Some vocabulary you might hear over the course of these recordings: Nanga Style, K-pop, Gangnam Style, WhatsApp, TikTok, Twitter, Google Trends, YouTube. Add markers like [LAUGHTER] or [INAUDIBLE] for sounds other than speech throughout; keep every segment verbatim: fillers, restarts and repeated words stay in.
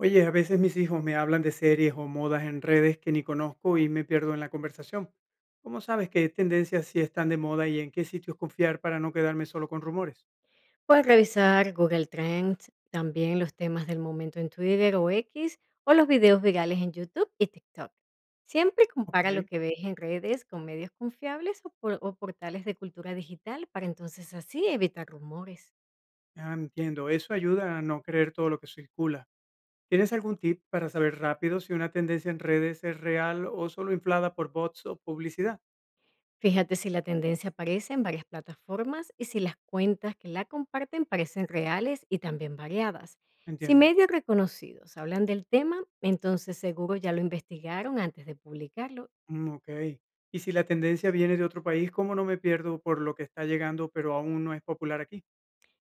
Oye, a veces mis hijos me hablan de series o modas en redes que ni conozco y me pierdo en la conversación. ¿Cómo sabes qué tendencias sí están de moda y en qué sitios confiar para no quedarme solo con rumores? Puedes revisar Google Trends, también los temas del momento en Twitter o X o los videos virales en YouTube y TikTok. Siempre compara lo Ok, que ves en redes con medios confiables o, por- o portales de cultura digital para entonces así evitar rumores. ah, entiendo. Eso ayuda a no creer todo lo que circula. ¿Tienes algún tip para saber rápido si una tendencia en redes es real o solo inflada por bots o publicidad? Fíjate si la tendencia aparece en varias plataformas y si las cuentas que la comparten parecen reales y también variadas. Si Entiendo. medios reconocidos hablan del tema, entonces seguro ya lo investigaron antes de publicarlo. Mm, ok. Y si la tendencia viene de otro país, ¿cómo no me pierdo por lo que está llegando pero aún no es popular aquí?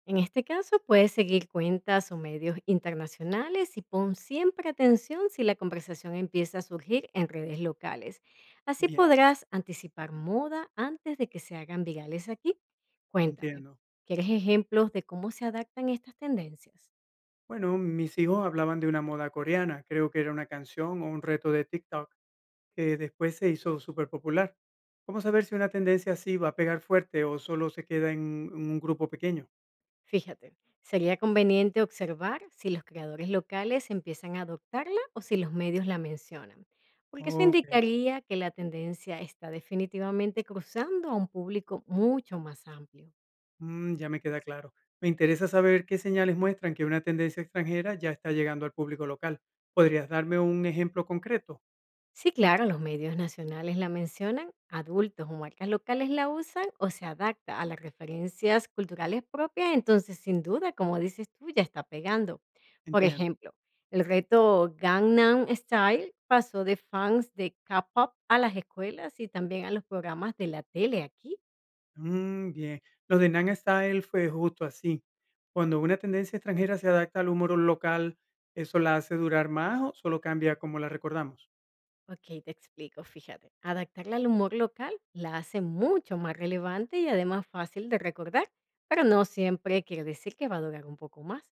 En este caso, puedes seguir cuentas o medios internacionales y pon siempre atención si la conversación empieza a surgir en redes locales. Así Bien, podrás anticipar moda antes de que se hagan virales aquí. Cuéntame, entiendo. ¿quieres ejemplos de cómo se adaptan estas tendencias? Bueno, mis hijos hablaban de una moda coreana, creo que era una canción o un reto de TikTok, que después se hizo súper popular. ¿Cómo saber si una tendencia así va a pegar fuerte o solo se queda en en un grupo pequeño? Fíjate, sería conveniente observar si los creadores locales empiezan a adoptarla o si los medios la mencionan, porque eso Ok, indicaría que la tendencia está definitivamente cruzando a un público mucho más amplio. mm, ya me queda claro. Me interesa saber qué señales muestran que una tendencia extranjera ya está llegando al público local. ¿Podrías darme un ejemplo concreto? Sí, claro, los medios nacionales la mencionan, adultos o marcas locales la usan o se adapta a las referencias culturales propias, entonces sin duda, como dices tú, ya está pegando. Por Entiendo. ejemplo, el reto Gangnam Style pasó de fans de K-pop a las escuelas y también a los programas de la tele aquí. Mm, bien. Lo de Nanga Style fue justo así. Cuando una tendencia extranjera se adapta al humor local, ¿eso la hace durar más o solo cambia como la recordamos? Ok, te explico, fíjate. Adaptarla al humor local la hace mucho más relevante y además fácil de recordar, pero no siempre quiere decir que va a durar un poco más.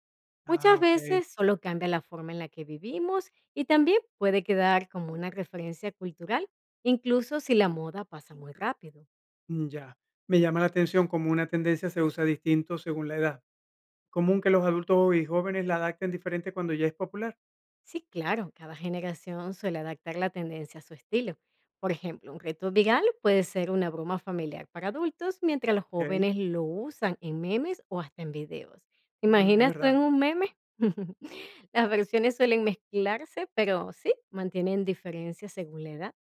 Muchas Ah, ok. veces solo cambia la forma en la que vivimos y también puede quedar como una referencia cultural, incluso si la moda pasa muy rápido. Mm, ya. Me llama la atención cómo una tendencia se usa distinto según la edad. Común que los adultos y jóvenes la adapten diferente cuando ya es popular. Sí, claro, cada generación suele adaptar la tendencia a su estilo. Por ejemplo, un reto viral puede ser una broma familiar para adultos, mientras los Ok. jóvenes lo usan en memes o hasta en videos. ¿Te Mm, es imaginas tú en verdad. un meme? [LAUGHS] Las versiones suelen mezclarse, pero sí, mantienen diferencias según la edad.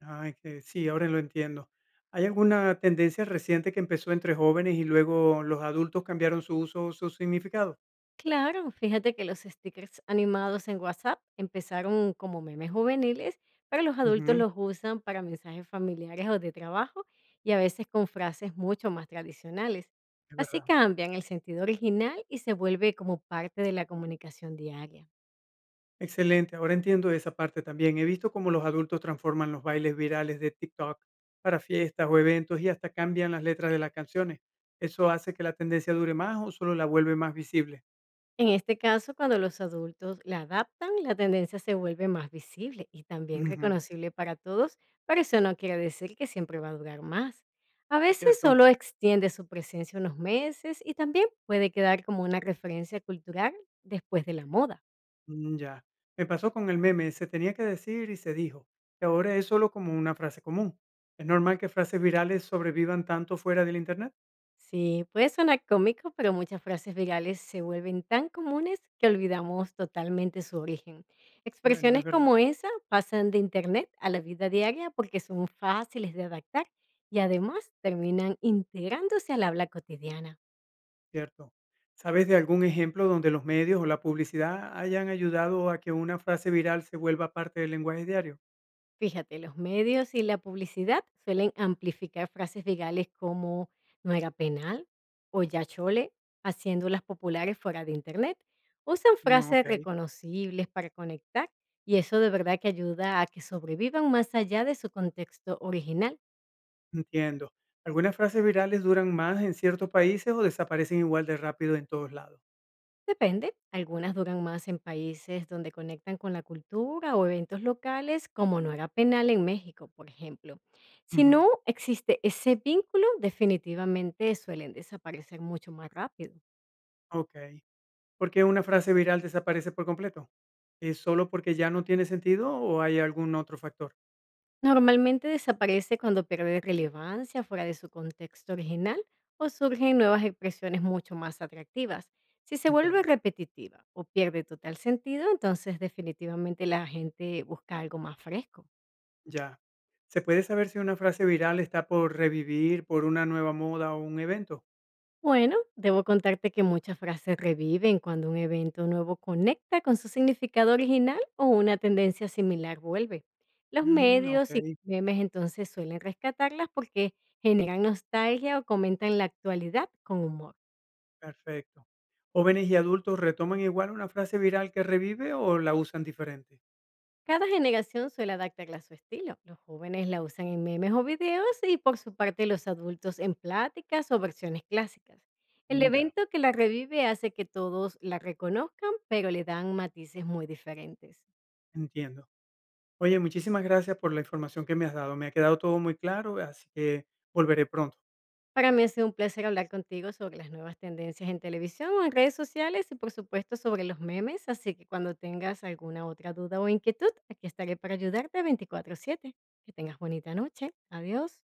Ay, que sí, ahora lo entiendo. ¿Hay alguna tendencia reciente que empezó entre jóvenes y luego los adultos cambiaron su uso o su significado? Claro, fíjate que los stickers animados en WhatsApp empezaron como memes juveniles, pero los adultos Ujú, los usan para mensajes familiares o de trabajo y a veces con frases mucho más tradicionales. es Así verdad. cambian el sentido original y se vuelve como parte de la comunicación diaria. Excelente, ahora entiendo esa parte también. He visto cómo los adultos transforman los bailes virales de TikTok para fiestas o eventos y hasta cambian las letras de las canciones. ¿Eso hace que la tendencia dure más o solo la vuelve más visible? En este caso, cuando los adultos la adaptan, la tendencia se vuelve más visible y también Ujú, reconocible para todos, pero eso no quiere decir que siempre va a durar más. A es veces cierto. solo extiende su presencia unos meses y también puede quedar como una referencia cultural después de la moda. Mm, ya. Me pasó con el meme, se tenía que decir y se dijo. Y ahora es solo como una frase común. ¿Es normal que frases virales sobrevivan tanto fuera del Internet? Sí, puede sonar cómico, pero muchas frases virales se vuelven tan comunes que olvidamos totalmente su origen. Bueno, Expresiones es verdad. como esa pasan de internet a la vida diaria porque son fáciles de adaptar y además terminan integrándose al habla cotidiana. Cierto. ¿Sabes de algún ejemplo donde los medios o la publicidad hayan ayudado a que una frase viral se vuelva parte del lenguaje diario? Fíjate, los medios y la publicidad suelen amplificar frases virales como no era penal o ya chole, haciéndolas populares fuera de Internet. Usan Mm, frases ok, reconocibles para conectar y eso de verdad que ayuda a que sobrevivan más allá de su contexto original. entiendo. ¿Algunas frases virales duran más en ciertos países o desaparecen igual de rápido en todos lados? Depende, algunas duran más en países donde conectan con la cultura o eventos locales, como no era penal en México, por ejemplo. Si Ujú, no existe ese vínculo, definitivamente suelen desaparecer mucho más rápido. ok. ¿Por qué una frase viral desaparece por completo? ¿Es solo porque ya no tiene sentido o hay algún otro factor? Normalmente desaparece cuando pierde relevancia fuera de su contexto original o surgen nuevas expresiones mucho más atractivas. Si se vuelve Entiendo. repetitiva o pierde total sentido, entonces definitivamente la gente busca algo más fresco. Ya. ¿Se puede saber si una frase viral está por revivir por una nueva moda o un evento? Bueno, debo contarte que muchas frases reviven cuando un evento nuevo conecta con su significado original o una tendencia similar vuelve. Los Mm, ok. medios y los memes entonces suelen rescatarlas porque generan nostalgia o comentan la actualidad con humor. Perfecto. ¿Jóvenes y adultos retoman igual una frase viral que revive o la usan diferente? Cada generación suele adaptarla a su estilo. Los jóvenes la usan en memes o videos y por su parte los adultos en pláticas o versiones clásicas. El Mm, ya, evento que la revive hace que todos la reconozcan, pero le dan matices muy diferentes. entiendo. Oye, muchísimas gracias por la información que me has dado. Me ha quedado todo muy claro, así que volveré pronto. Para mí ha sido un placer hablar contigo sobre las nuevas tendencias en televisión o en redes sociales y por supuesto sobre los memes, así que cuando tengas alguna otra duda o inquietud, aquí estaré para ayudarte veinticuatro siete. Que tengas bonita noche. Adiós.